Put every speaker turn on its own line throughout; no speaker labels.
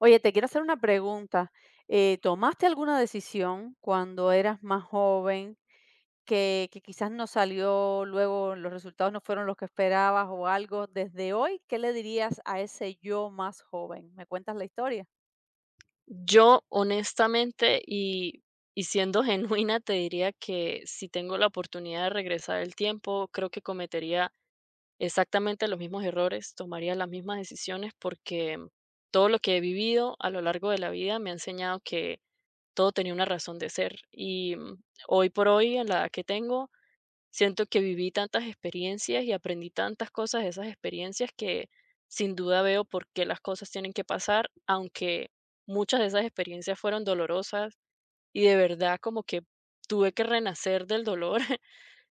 Oye, te quiero hacer una pregunta. ¿Tomaste alguna decisión cuando eras más joven que quizás no salió, luego los resultados no fueron los que esperabas o algo? Desde hoy, ¿qué le dirías a ese yo más joven? ¿Me cuentas la historia?
Yo honestamente y siendo genuina, te diría que si tengo la oportunidad de regresar el tiempo, creo que cometería exactamente los mismos errores, tomaría las mismas decisiones, porque todo lo que he vivido a lo largo de la vida me ha enseñado que todo tenía una razón de ser. Hoy por hoy, en la edad que tengo, siento que viví tantas experiencias y aprendí tantas cosas de esas experiencias que sin duda veo por qué las cosas tienen que pasar, aunque muchas de esas experiencias fueron dolorosas y de verdad como que tuve que renacer del dolor.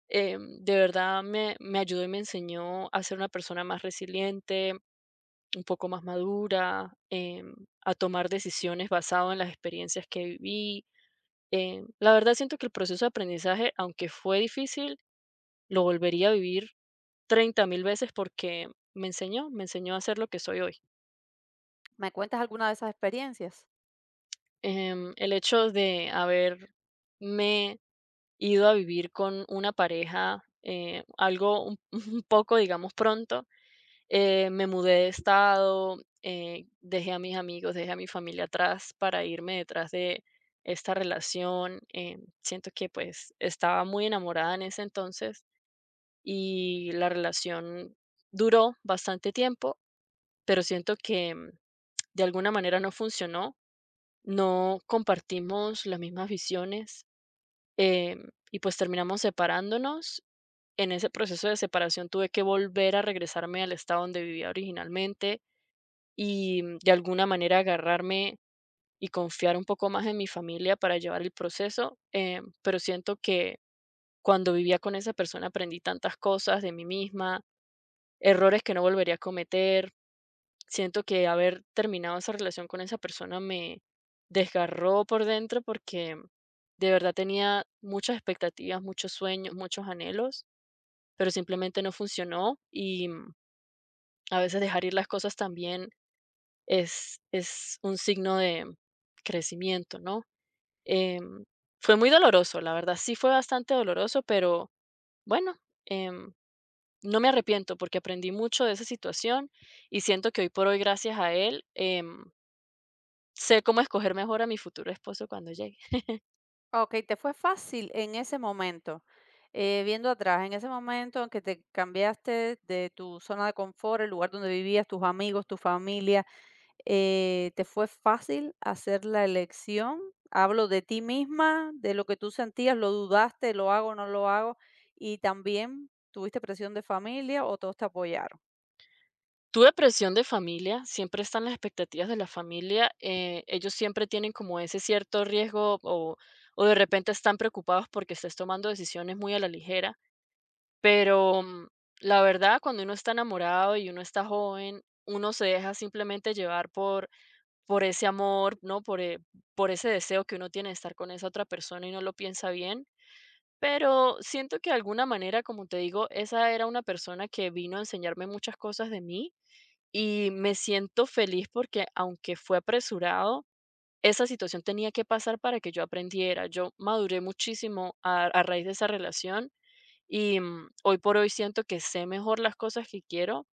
De verdad me ayudó y me enseñó a ser una persona más resiliente, un poco más madura, a tomar decisiones basado en las experiencias que viví. La verdad siento que el proceso de aprendizaje, aunque fue difícil, lo volvería a vivir 30,000 veces porque me enseñó a ser lo que soy hoy.
¿Me cuentas alguna de esas experiencias?
El hecho de haberme ido a vivir con una pareja, algo un poco, digamos, pronto, me mudé de estado, dejé a mis amigos, dejé a mi familia atrás para irme detrás de esta relación. Siento que pues estaba muy enamorada en ese entonces y la relación duró bastante tiempo, pero siento que de alguna manera no funcionó, no compartimos las mismas visiones, y pues terminamos separándonos. En ese proceso de separación tuve que volver a regresarme al estado donde vivía originalmente y de alguna manera agarrarme y confiar un poco más en mi familia para llevar el proceso, pero siento que cuando vivía con esa persona aprendí tantas cosas de mí misma, errores que no volvería a cometer. Siento que haber terminado esa relación con esa persona me desgarró por dentro porque de verdad tenía muchas expectativas, muchos sueños, muchos anhelos, pero simplemente no funcionó y a veces dejar ir las cosas también es un signo de crecimiento, ¿no? Em, Fue muy doloroso, la verdad sí fue bastante doloroso, pero bueno, em, no me arrepiento porque aprendí mucho de esa situación y siento que hoy por hoy, gracias a él, sé cómo escoger mejor a mi futuro esposo cuando llegue.
Ok, te fue fácil en ese momento. Viendo atrás, en ese momento en que te cambiaste de tu zona de confort, el lugar donde vivías, tus amigos, tu familia, ¿te fue fácil hacer la elección? Hablo de ti misma, de lo que tú sentías, lo dudaste, lo hago, no lo hago, y también tuviste presión de familia o todos te apoyaron.
Tuve presión de familia, siempre están las expectativas de la familia, ellos siempre tienen como ese cierto riesgo o de repente están preocupados porque estés tomando decisiones muy a la ligera, pero, la verdad, cuando uno está enamorado y uno está joven, uno se deja simplemente llevar por ese amor, ¿no? Por ese deseo que uno tiene de estar con esa otra persona y no lo piensa bien. Pero siento que de alguna manera, como te digo, esa era una persona que vino a enseñarme muchas cosas de mí y me siento feliz porque aunque fue apresurado, esa situación tenía que pasar para que yo aprendiera. Yo maduré muchísimo a raíz de esa relación y hoy por hoy siento que sé mejor las cosas que quiero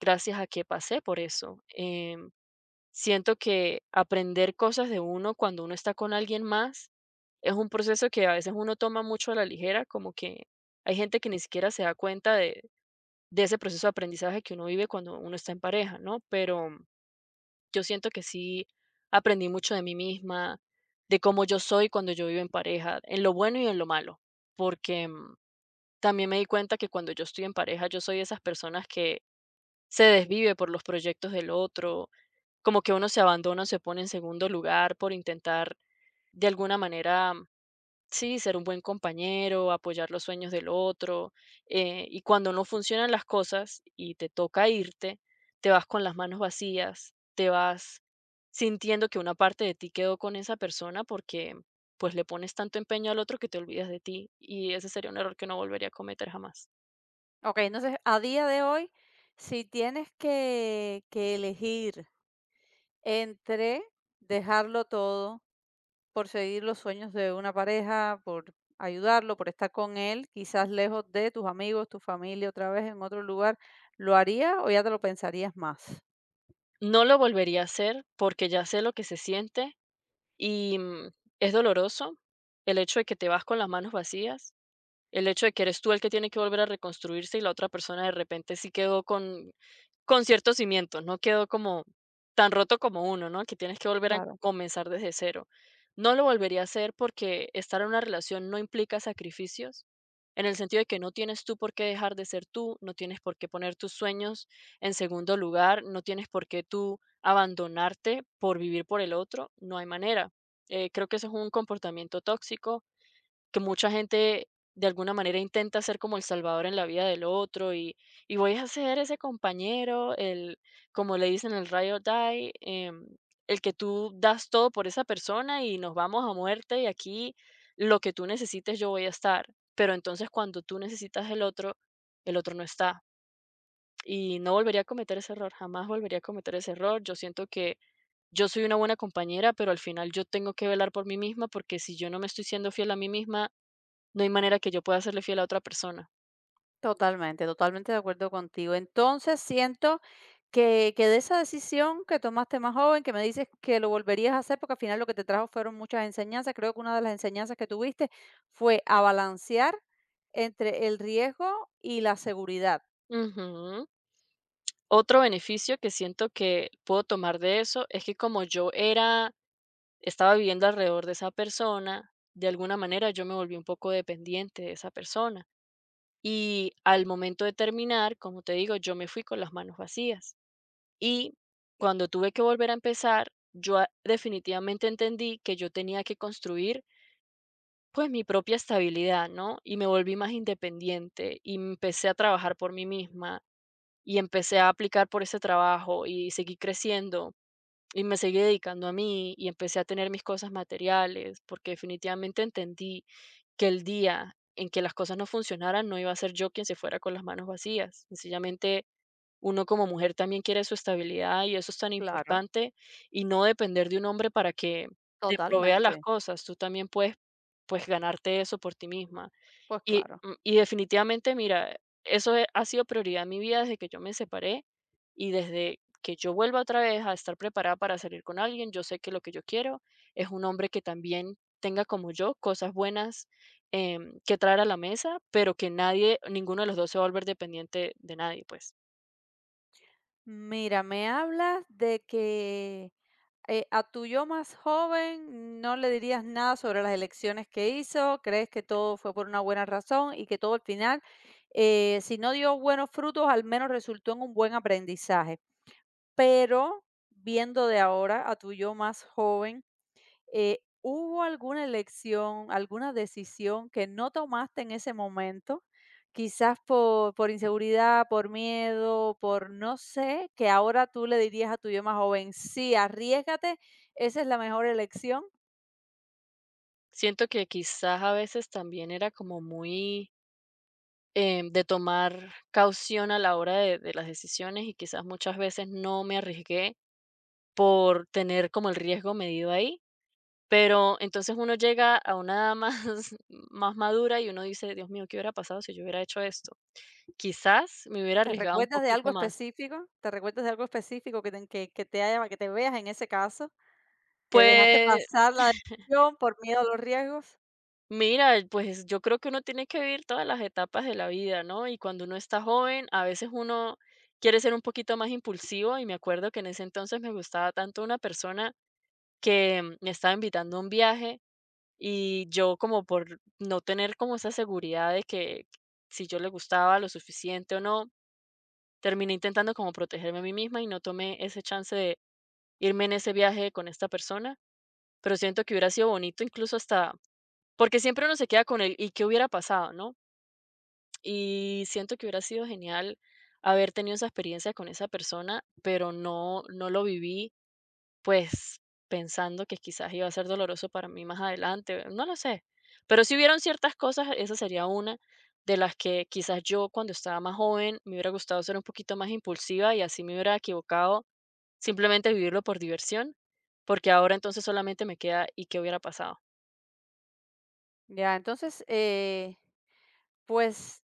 gracias a que pasé por eso. Siento que aprender cosas de uno cuando uno está con alguien más es un proceso que a veces uno toma mucho a la ligera, como que hay gente que ni siquiera se da cuenta de ese proceso de aprendizaje que uno vive cuando uno está en pareja, ¿no? Pero yo siento que sí aprendí mucho de mí misma, de cómo yo soy cuando yo vivo en pareja, en lo bueno y en lo malo, porque, también me di cuenta que cuando yo estoy en pareja, yo soy de esas personas que se desvive por los proyectos del otro, como que uno se abandona, se pone en segundo lugar por intentar de alguna manera, sí, ser un buen compañero, apoyar los sueños del otro, y cuando no funcionan las cosas y te toca irte, te vas con las manos vacías, te vas sintiendo que una parte de ti quedó con esa persona porque pues le pones tanto empeño al otro que te olvidas de ti, y ese sería un error que no volvería a cometer jamás.
Ok, entonces a día de hoy, si tienes que elegir entre dejarlo todo por seguir los sueños de una pareja, por ayudarlo, por estar con él, quizás lejos de tus amigos, tu familia, otra vez en otro lugar, ¿lo harías o ya te lo pensarías más?
No lo volvería a hacer porque ya sé lo que se siente y es doloroso el hecho de que te vas con las manos vacías. El hecho de que eres tú el que tiene que volver a reconstruirse y la otra persona de repente sí quedó con cierto cimiento, no quedó como tan roto como uno, ¿no? Que tienes que volver a
Claro.
comenzar desde cero. No lo volvería a hacer porque estar en una relación no implica sacrificios, en el sentido de que no tienes tú por qué dejar de ser tú, no tienes por qué poner tus sueños en segundo lugar, no tienes por qué tú abandonarte por vivir por el otro, no hay manera. Creo que eso es un comportamiento tóxico, que mucha gente de alguna manera intenta ser como el salvador en la vida del otro y voy a ser ese compañero, el, como le dicen, el rayo die, el que tú das todo por esa persona y nos vamos a muerte y aquí lo que tú necesites yo voy a estar. Pero entonces cuando tú necesitas el otro no está. Y no volvería a cometer ese error, jamás volvería a cometer ese error. Yo siento que yo soy una buena compañera, pero al final yo tengo que velar por mí misma, porque si yo no me estoy siendo fiel a mí misma, no hay manera que yo pueda serle fiel a otra persona.
Totalmente, totalmente de acuerdo contigo. Entonces, siento que de esa decisión que tomaste más joven, que me dices que lo volverías a hacer, porque al final lo que te trajo fueron muchas enseñanzas, creo que una de las enseñanzas que tuviste fue a balancear entre el riesgo y la seguridad.
Ujú. Otro beneficio que siento que puedo tomar de eso es que como yo era, estaba viviendo alrededor de esa persona, de alguna manera yo me volví un poco dependiente de esa persona. Y al momento de terminar, como te digo, yo me fui con las manos vacías. Y cuando tuve que volver a empezar, yo a definitivamente entendí que yo tenía que construir, pues, mi propia estabilidad, ¿no? Y me volví más independiente, y empecé a trabajar por mí misma, y empecé a aplicar por ese trabajo, y seguí creciendo, y me seguí dedicando a mí, y empecé a tener mis cosas materiales, porque definitivamente entendí que el día en que las cosas no funcionaran, no iba a ser yo quien se fuera con las manos vacías. Sencillamente, uno como mujer también quiere su estabilidad y eso es tan
Claro,
importante, y no depender de un hombre para que te provea las
totalmente.
cosas. Tú también puedes, pues, ganarte eso por ti misma.
Pues claro.
Y definitivamente, mira, eso he ha sido prioridad en mi vida desde que yo me separé, y desde que yo vuelva otra vez a estar preparada para salir con alguien, yo sé que lo que yo quiero es un hombre que también tenga, como yo, cosas buenas, que traer a la mesa, pero que nadie, ninguno de los dos, se va a volver dependiente de nadie, pues.
Mira, me hablas de que a tu yo más joven, ¿no le dirías nada sobre las elecciones que hizo? ¿Crees que todo fue por una buena razón y que todo al final, si no dio buenos frutos, al menos resultó en un buen aprendizaje? Pero viendo de ahora a tu yo más joven, ¿hubo alguna elección, alguna decisión que no tomaste en ese momento? Quizás por inseguridad, por miedo, por no sé, que ahora tú le dirías a tu yo más joven, sí, arriesgate, esa es la mejor elección.
Siento que quizás a veces también era como muy, de tomar caución a la hora de las decisiones, y quizás muchas veces no me arriesgué por tener como el riesgo medido ahí. Pero entonces uno llega a una edad más, más madura, y uno dice, Dios mío, ¿qué hubiera pasado si yo hubiera hecho esto? Quizás me hubiera
¿Te
arriesgado un
recuerdas de algo
poquito más.
específico? ¿Te recuerdas de algo específico que te, que te haya, que te veas en ese caso? ¿Que dejaste
Pues
pasar la decisión por miedo a los riesgos?
mira, pues yo creo que uno tiene que vivir todas las etapas de la vida, ¿no? Y cuando uno está joven, a veces uno quiere ser un poquito más impulsivo, y me acuerdo que en ese entonces me gustaba tanto una persona que, me estaba invitando a un viaje, y yo, como por no tener como esa seguridad de que si yo le gustaba lo suficiente o no, terminé intentando como protegerme a mí misma y no tomé ese chance de irme en ese viaje con esta persona, pero siento que hubiera sido bonito incluso hasta, porque siempre uno se queda con el ¿y qué hubiera pasado?, ¿no? Y siento que hubiera sido genial haber tenido esa experiencia con esa persona, pero no lo viví, pues, pensando que quizás iba a ser doloroso para mí más adelante, no lo sé. Pero si hubieron ciertas cosas, esa sería una de las que quizás yo cuando estaba más joven me hubiera gustado ser un poquito más impulsiva, y así me hubiera equivocado, simplemente vivirlo por diversión, porque ahora entonces solamente me queda, ¿y qué hubiera pasado?
Ya, entonces, pues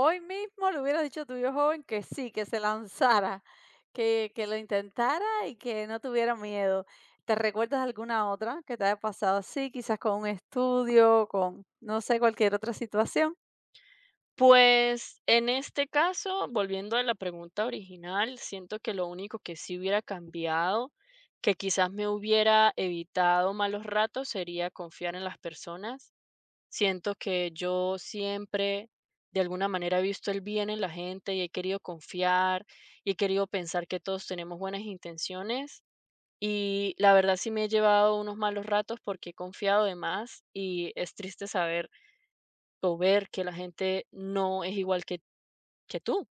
hoy mismo le hubieras dicho a tu yo joven que sí, que se lanzara, que lo intentara y que no tuviera miedo. ¿Te recuerdas alguna otra que te haya pasado así, quizás con un estudio, con, no sé, cualquier otra situación?
Pues, en este caso, volviendo a la pregunta original, siento que lo único que sí hubiera cambiado, que quizás me hubiera evitado malos ratos, sería confiar en las personas. Siento que yo siempre, de alguna manera, he visto el bien en la gente y he querido confiar, y he querido pensar que todos tenemos buenas intenciones. Y la verdad sí me he llevado unos malos ratos porque he confiado de más, y es triste saber o ver que la gente no es igual que tú,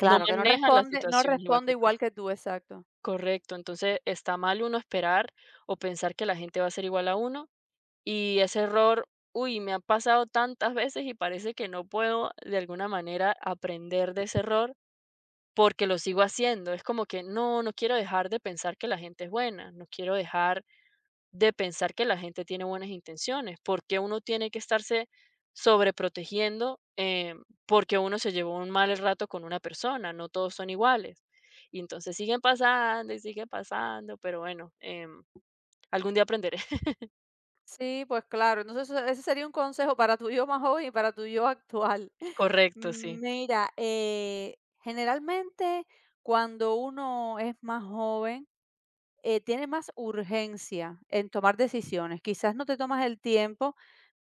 no
Claro, que no
maneja la
responde no
situación igual
responde
que tú.
igual que tú, exacto.
Correcto, entonces está mal uno esperar o pensar que la gente va a ser igual a uno, y ese error, uy, me ha pasado tantas veces, y parece que no puedo de alguna manera aprender de ese error porque lo sigo haciendo. Es como que no, no quiero dejar de pensar que la gente es buena, no quiero dejar de pensar que la gente tiene buenas intenciones, porque uno tiene que estarse sobreprotegiendo, porque uno se llevó un mal rato con una persona, no todos son iguales. Y entonces siguen pasando y siguen pasando, pero bueno, algún día aprenderé.
Sí, pues claro. Entonces, eso ese sería un consejo para tu yo más joven y para tu yo actual.
Correcto, sí.
Mira, generalmente cuando uno es más joven tiene más urgencia en tomar decisiones. Quizás no te tomas el tiempo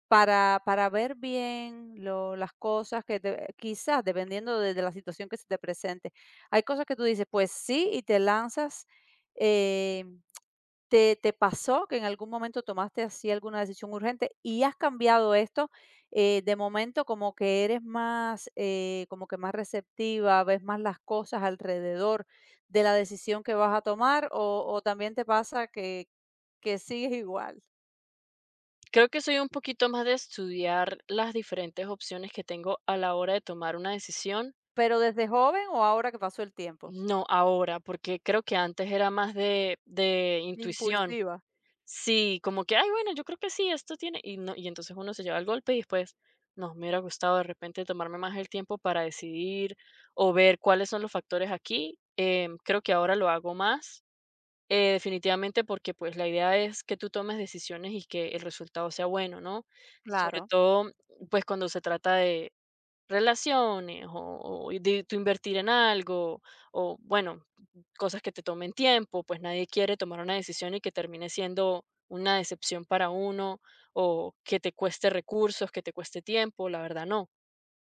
para ver bien lo- las cosas que te- quizás dependiendo de la situación que se te presente. Hay cosas que tú dices, pues sí, y te lanzas eh, ¿te pasó que en algún momento tomaste así alguna decisión urgente y has cambiado esto, de momento como que eres más, como que más receptiva, ves más las cosas alrededor de la decisión que vas a tomar o también te pasa que sigues igual?
Creo que soy un poquito más de estudiar las diferentes opciones que tengo a la hora de tomar una decisión.
¿Pero desde joven o ahora que pasó el tiempo?
No, ahora, porque creo que antes era más de intuición.
Impulsiva,
Sí, como que: "Ay, bueno, yo creo que sí, esto tiene", y no, y entonces uno se lleva el golpe y después, no, me hubiera gustado de repente tomarme más el tiempo para decidir o ver cuáles son los factores aquí. Creo que ahora lo hago más, definitivamente, porque, pues, la idea es que tú tomes decisiones y que el resultado sea bueno, ¿no? Sobre
claro.
todo, pues, cuando se trata de relaciones o de tú invertir en algo o, bueno, cosas que te tomen tiempo, pues nadie quiere tomar una decisión y que termine siendo una decepción para uno, o que te cueste recursos, que te cueste tiempo, la verdad no.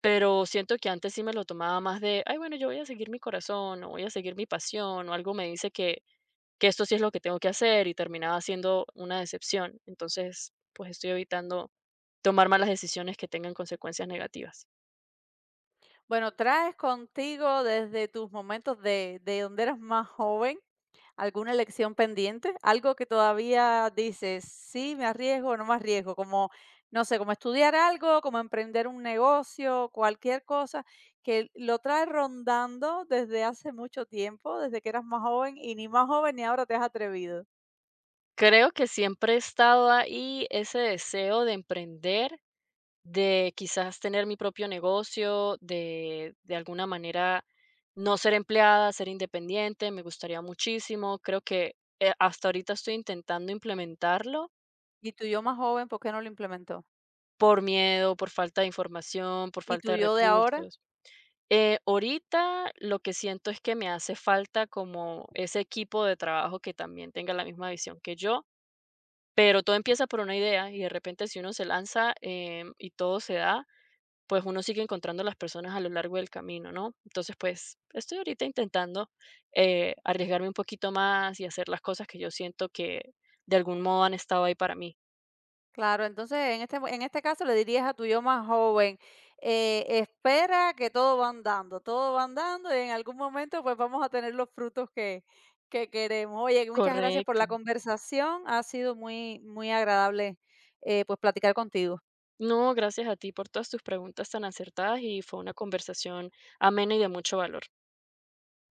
Pero siento que antes sí me lo tomaba más de, ay, bueno, yo voy a seguir mi corazón, o voy a seguir mi pasión, o algo me dice que esto sí es lo que tengo que hacer, y terminaba siendo una decepción. Entonces, pues estoy evitando tomar malas decisiones que tengan consecuencias negativas.
Bueno, traes contigo desde tus momentos de donde eras más joven, ¿alguna lección pendiente? Algo que todavía dices, sí, me arriesgo o no me arriesgo, como, no sé, como estudiar algo, como emprender un negocio, cualquier cosa que lo traes rondando desde hace mucho tiempo, desde que eras más joven y ni más joven ni ahora te has atrevido.
Creo que siempre he estado ahí ese deseo de emprender, de quizás tener mi propio negocio, de alguna manera no ser empleada, ser independiente, me gustaría muchísimo. Creo que, hasta ahorita estoy intentando implementarlo,
¿Y tu yo más joven por qué no lo implementó?
por miedo, por falta de información, por
¿Y
falta
tu
de
yo de ahora?
recursos. Ahorita lo que siento es que me hace falta como ese equipo de trabajo que también tenga la misma visión que yo, pero todo empieza por una idea y de repente si uno se lanza, y todo se da, pues uno sigue encontrando las personas a lo largo del camino, ¿no? Entonces, pues estoy ahorita intentando, arriesgarme un poquito más y hacer las cosas que yo siento que de algún modo han estado ahí para mí.
Claro, entonces en este, mo- en este caso le dirías a tu yo más joven, espera que todo va andando y en algún momento pues vamos a tener los frutos que queremos. Oye, muchas gracias por
Correcto.
la conversación, ha sido muy, muy agradable, pues platicar contigo.
No, gracias a ti por todas tus preguntas tan acertadas, y fue una conversación amena y de mucho valor.